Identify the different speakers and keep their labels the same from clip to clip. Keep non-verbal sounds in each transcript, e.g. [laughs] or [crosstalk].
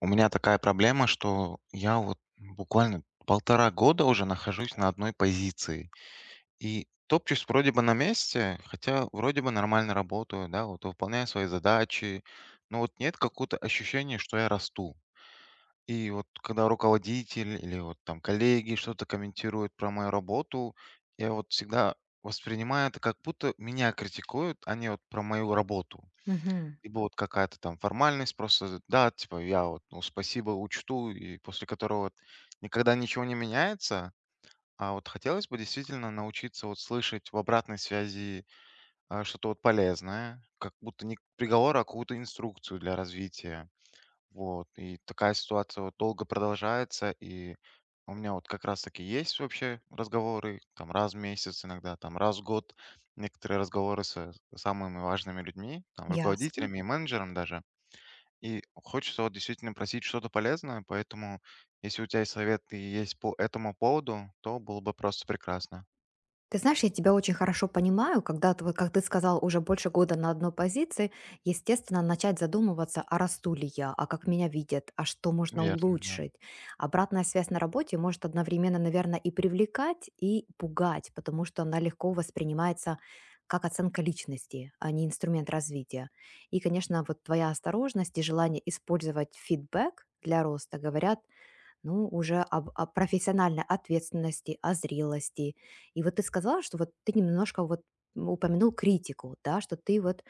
Speaker 1: У меня такая проблема, что я вот буквально полтора года уже нахожусь на одной позиции. И топчусь вроде бы на месте, хотя вроде бы нормально работаю, да, вот выполняю свои задачи, но вот нет какого-то ощущения, что я расту. И вот когда руководитель или вот там коллеги что-то комментируют про мою работу, я вот всегда воспринимаю это как будто меня критикуют, а не вот про мою работу.
Speaker 2: Мгм.
Speaker 1: Либо вот какая-то там формальность просто, да, типа я вот, ну, спасибо учту, и после которого вот никогда ничего не меняется. А вот хотелось бы действительно научиться вот слышать в обратной связи что-то вот полезное, как будто не приговор, а какую-то инструкцию для развития. Вот. И такая ситуация вот долго продолжается, и у меня вот как раз-таки есть вообще разговоры, там раз в месяц иногда, там раз в год некоторые разговоры с самыми важными людьми, там
Speaker 2: Ясно.
Speaker 1: руководителями и менеджером даже. И хочется вот действительно просить что-то полезное, поэтому если у тебя есть советы и есть по этому поводу, то было бы просто прекрасно.
Speaker 2: Ты знаешь, я тебя очень хорошо понимаю, когда ты, вот как ты сказал, уже больше года на одной позиции, естественно, начать задумываться, а расту ли я, а как меня видят, а что можно
Speaker 1: Верно, да.
Speaker 2: улучшить. Обратная связь на работе может одновременно, наверное, и привлекать, и пугать, потому что она легко воспринимается как оценка личности, а не инструмент развития. И, конечно, вот твоя осторожность и желание использовать фидбэк для роста говорят, ну, уже о профессиональной ответственности, о зрелости. И вот ты сказала, что вот ты немножко вот упомянул критику, да, что ты вот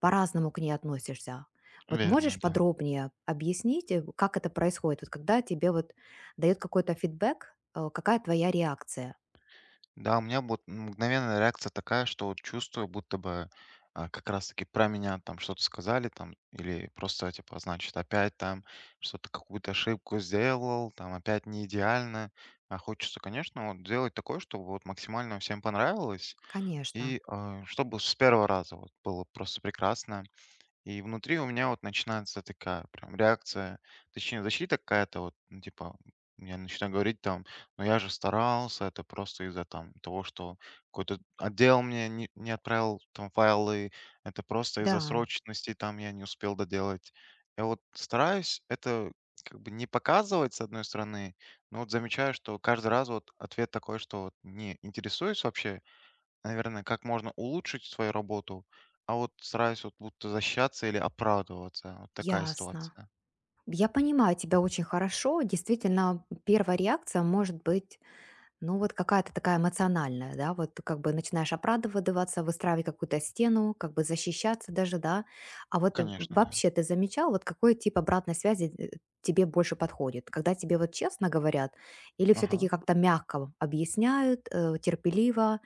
Speaker 2: по-разному к ней относишься. Вот
Speaker 1: Верно,
Speaker 2: можешь
Speaker 1: да.
Speaker 2: подробнее объяснить, как это происходит, вот когда тебе вот дает какой-то фидбэк, какая твоя реакция?
Speaker 1: Да, у меня вот мгновенная реакция такая, что вот чувствую, будто бы как раз-таки про меня там что-то сказали, там, или просто, типа, значит, опять там что-то, какую-то ошибку сделал, там, опять не идеально. А хочется, конечно, вот сделать такое, чтобы вот максимально всем понравилось,
Speaker 2: Конечно,
Speaker 1: и чтобы с первого раза вот было просто прекрасно. И внутри у меня вот начинается такая прям реакция, точнее защита какая-то вот, ну, типа, я начинаю говорить там, ну я же старался, это просто из-за там того, что какой-то отдел мне не отправил там файлы, это просто из-за
Speaker 2: да,
Speaker 1: срочности там я не успел доделать. Я вот стараюсь это как бы не показывать с одной стороны, но вот замечаю, что каждый раз вот ответ такой, что вот не интересуюсь вообще, наверное, как можно улучшить свою работу, а вот стараюсь вот будто защищаться или оправдываться. Вот такая
Speaker 2: ясно.
Speaker 1: ситуация.
Speaker 2: Я понимаю тебя очень хорошо. Действительно, первая реакция может быть, ну, вот какая-то такая эмоциональная, да, вот как бы начинаешь оправдываться, выстраивать какую-то стену, как бы защищаться даже, да. А вот
Speaker 1: Конечно, да.
Speaker 2: вообще ты замечал, вот какой тип обратной связи, тебе больше подходит? Когда тебе вот честно говорят или все-таки
Speaker 1: Ага.
Speaker 2: как-то мягко объясняют, терпеливо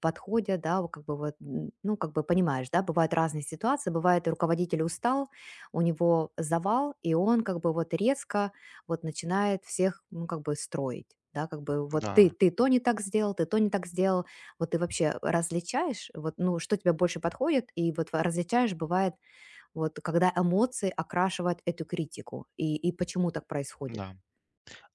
Speaker 2: подходят, да, вот как бы вот, ну, как бы понимаешь, да, бывают разные ситуации, бывает руководитель устал, у него завал, и он как бы вот резко вот начинает всех, ну, как бы строить, да, как бы вот ты,
Speaker 1: Да,
Speaker 2: ты то не так сделал, ты то не так сделал, вот ты вообще различаешь, вот, ну, что тебе больше подходит, и вот различаешь, бывает, вот, когда эмоции окрашивают эту критику, и почему так происходит.
Speaker 1: да.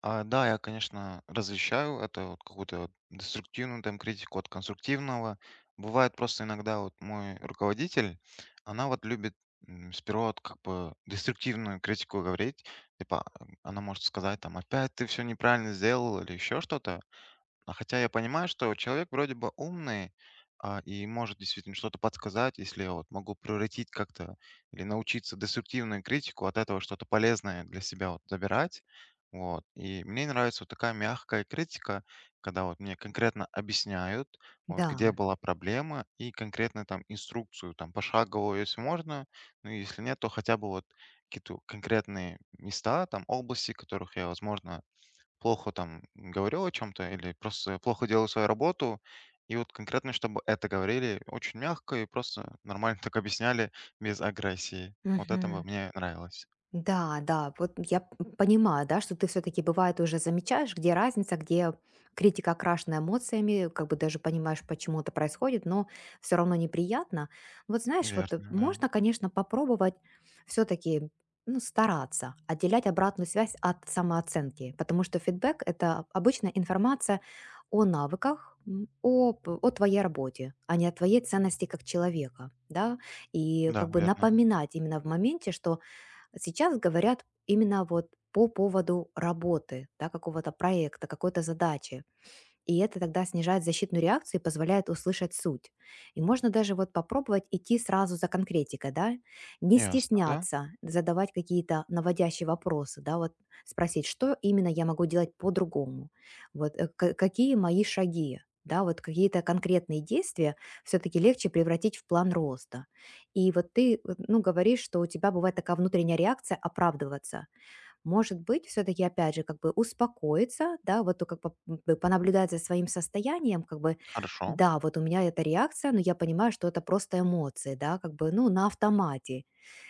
Speaker 1: А, да, я, конечно, различаю это вот какую-то вот деструктивную там критику от конструктивного. Бывает просто иногда вот мой руководитель, она вот любит сперва вот как бы деструктивную критику говорить, типа она может сказать там опять ты все неправильно сделал или еще что-то. А хотя я понимаю, что человек вроде бы умный, и может действительно что-то подсказать, если я вот могу превратить как-то или научиться деструктивную критику, от этого что-то полезное для себя вот забирать. Вот. И мне нравится вот такая мягкая критика, когда вот мне конкретно объясняют, вот где
Speaker 2: Да.
Speaker 1: была проблема, и конкретно там инструкцию, там пошаговую, если можно, ну если нет, то хотя бы вот какие-то конкретные места, там области, которых я, возможно, плохо там говорил о чем-то или просто плохо делал свою работу. И вот конкретно, чтобы это говорили очень мягко и просто нормально [laughs] так объясняли без агрессии. Вот это бы
Speaker 2: Мгм.
Speaker 1: мне нравилось.
Speaker 2: Да, да, вот я понимаю, да, что ты все-таки бывает уже замечаешь, где разница, где критика окрашена эмоциями, как бы даже понимаешь, почему это происходит, но все равно неприятно. Вот знаешь, вот
Speaker 1: Верно, да.
Speaker 2: можно, конечно, попробовать все-таки, ну, стараться отделять обратную связь от самооценки, потому что фидбэк – это обычная информация о навыках, о твоей работе, а не о твоей ценности как человека, да, и
Speaker 1: Да,
Speaker 2: как бы
Speaker 1: верно.
Speaker 2: напоминать именно в моменте, что сейчас говорят именно вот по поводу работы, да, какого-то проекта, какой-то задачи. И это тогда снижает защитную реакцию и позволяет услышать суть. И можно даже вот попробовать идти сразу за конкретикой, да, не
Speaker 1: Ясно, да.
Speaker 2: стесняться задавать какие-то наводящие вопросы, да, вот спросить, что именно я могу делать по-другому, вот какие мои шаги, да, вот какие-то конкретные действия все-таки легче превратить в план роста. И вот ты, ну, говоришь, что у тебя бывает такая внутренняя реакция оправдываться. Может быть, все-таки, опять же, как бы успокоиться, да, вот то, как бы понаблюдать за своим состоянием, как бы,
Speaker 1: Хорошо.
Speaker 2: да, вот у меня эта реакция, но я понимаю, что это просто эмоции, да, как бы, ну, на автомате,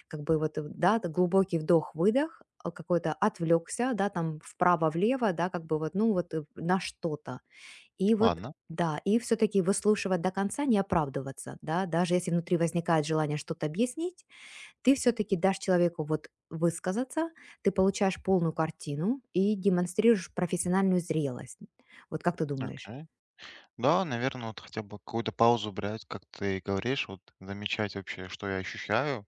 Speaker 2: как бы вот, да, глубокий вдох-выдох, какой-то отвлекся, да, там вправо-влево, да, как бы вот, ну, вот на что-то. И вот
Speaker 1: Ладно.
Speaker 2: да, и все-таки выслушивать до конца, не оправдываться, да, даже если внутри возникает желание что-то объяснить, ты все-таки дашь человеку вот высказаться, ты получаешь полную картину и демонстрируешь профессиональную зрелость. Вот как ты думаешь?
Speaker 1: Окей. Да, наверное, вот хотя бы какую-то паузу брать, как ты говоришь, вот замечать вообще, что я ощущаю.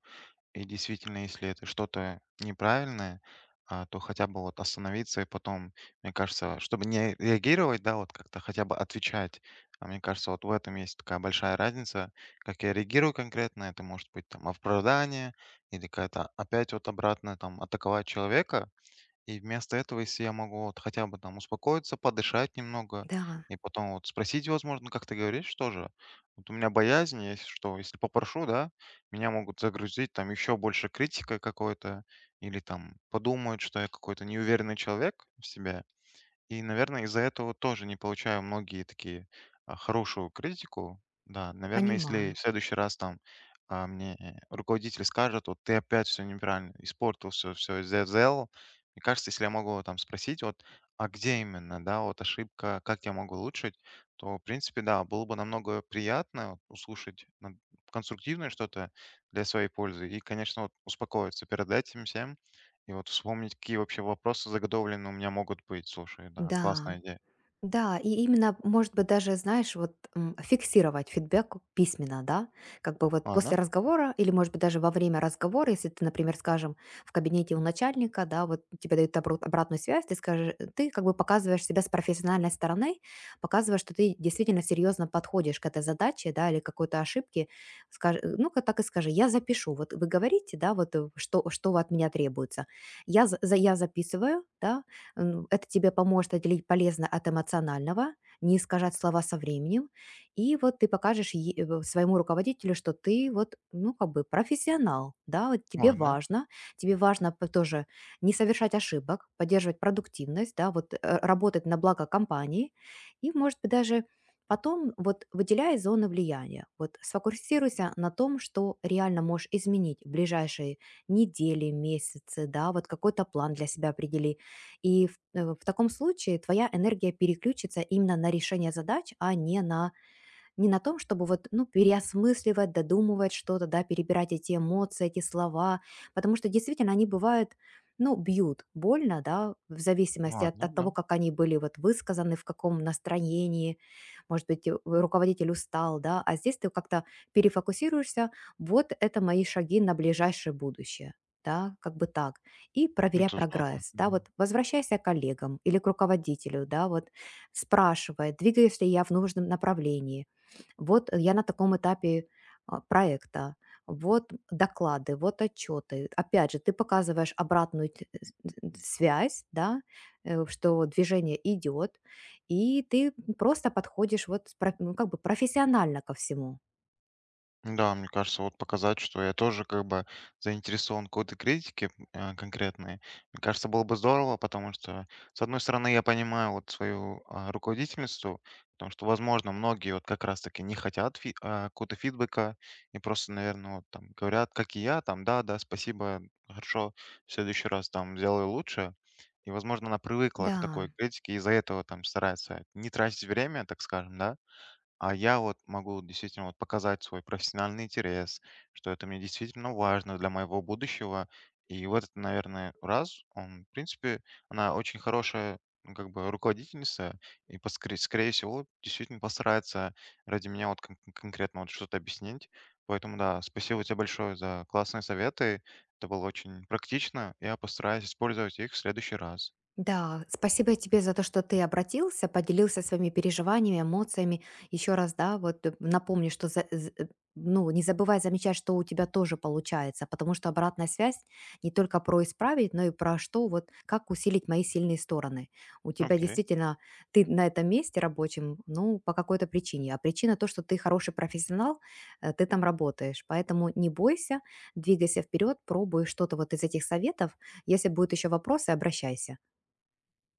Speaker 1: И действительно, если это что-то неправильное, то хотя бы вот остановиться и потом, мне кажется, чтобы не реагировать, да, вот как-то хотя бы отвечать. А мне кажется, вот в этом есть такая большая разница, как я реагирую конкретно. Это может быть там оправдание или какая-то опять вот обратно там атаковать человека. И вместо этого, если я могу вот хотя бы там успокоиться, подышать немного
Speaker 2: Да.
Speaker 1: и потом вот спросить, возможно, как ты говоришь тоже. Вот у меня боязнь есть, что если попрошу, да, меня могут загрузить там еще больше критикой какой-то или там подумают, что я какой-то неуверенный человек в себе. И, наверное, из-за этого тоже не получаю многие такие хорошую критику. Да, наверное, если
Speaker 2: Понимаю.
Speaker 1: в следующий раз там мне руководитель скажет, вот ты опять все неправильно испортил, все сделал, мне кажется, если я могу там спросить, вот, а где именно, да, вот ошибка, как я могу улучшить, то, в принципе, да, было бы намного приятно вот, услышать конструктивное что-то для своей пользы и, конечно, вот успокоиться перед этим всем, и вот вспомнить, какие вообще вопросы заготовлены у меня могут быть. Слушай, да,
Speaker 2: Да.
Speaker 1: классная идея.
Speaker 2: Да, и именно, может быть, даже, знаешь, вот фиксировать фидбэк письменно, да, как бы вот после
Speaker 1: Ладно,
Speaker 2: разговора или, может быть, даже во время разговора, если ты, например, скажем, в кабинете у начальника, да, вот тебе дают обратную связь, ты скажешь, ты как бы показываешь себя с профессиональной стороны, показываешь, что ты действительно серьезно подходишь к этой задаче, да, или какой-то ошибке, скажи, ну-ка так и скажи, я запишу, вот вы говорите, да, вот что от меня требуется, я, я записываю, да. Это тебе поможет отделить полезно от эмоционального, не искажать слова со временем. И вот ты покажешь своему руководителю, что ты вот, ну, как бы профессионал, да, вот
Speaker 1: ладно,
Speaker 2: тебе важно тоже не совершать ошибок, поддерживать продуктивность, да, вот работать на благо компании. И, может быть, даже потом вот выделяй зоны влияния. Вот сфокусируйся на том, что реально можешь изменить в ближайшие недели, месяцы, да, вот какой-то план для себя определи, и в таком случае твоя энергия переключится именно на решение задач, а не на не на том, чтобы вот, ну, переосмысливать, додумывать что-то, да, перебирать эти эмоции, эти слова, потому что действительно они бывают, ну, бьют больно, да, в зависимости
Speaker 1: ладно,
Speaker 2: от того,
Speaker 1: да.
Speaker 2: как они были вот высказаны, в каком настроении, может быть, руководитель устал, да, а здесь ты как-то перефокусируешься, вот это мои шаги на ближайшее будущее, да, как бы так, и проверяй
Speaker 1: Это здорово.
Speaker 2: прогресс, да, вот возвращайся к коллегам или к руководителю, да, вот спрашивай, двигаюсь ли я в нужном направлении, вот я на таком этапе, проекта, вот доклады, вот отчеты. Опять же, ты показываешь обратную т с д связь, да, что движение идет, и ты просто подходишь вот с про ну, как бы профессионально ко всему.
Speaker 1: Да, мне кажется, вот показать, что я тоже как бы заинтересован в какой-то критике конкретной. Мне кажется, было бы здорово, потому что, с одной стороны, я понимаю вот свою руководительницу, потому что, возможно, многие вот как раз-таки не хотят какого-то фидбэка и просто, наверное, вот там говорят, как и я, там, да, да, спасибо, хорошо, в следующий раз там сделаю лучше. И, возможно, она привыкла к
Speaker 2: Да.
Speaker 1: такой критике, из-за этого там старается не тратить время, так скажем, да, а я вот могу действительно вот показать свой профессиональный интерес, что это мне действительно важно для моего будущего. И вот, этот, наверное, раз, он, в принципе, она очень хорошая, ну, как бы руководительница, и, скорее всего, действительно постарается ради меня вот конкретно вот что-то объяснить. Поэтому, да, спасибо тебе большое за классные советы. Это было очень практично. Я постараюсь использовать их в следующий раз.
Speaker 2: Да, спасибо тебе за то, что ты обратился, поделился своими переживаниями, эмоциями. Еще раз, да, вот напомню, что ну, не забывай замечать, что у тебя тоже получается, потому что обратная связь не только про исправить, но и про что, вот как усилить мои сильные стороны. У тебя
Speaker 1: Окей.
Speaker 2: действительно, ты на этом месте рабочем, ну, по какой-то причине. А причина то, что ты хороший профессионал, ты там работаешь. Поэтому не бойся, двигайся вперед, пробуй что-то вот из этих советов. Если будут еще вопросы, обращайся.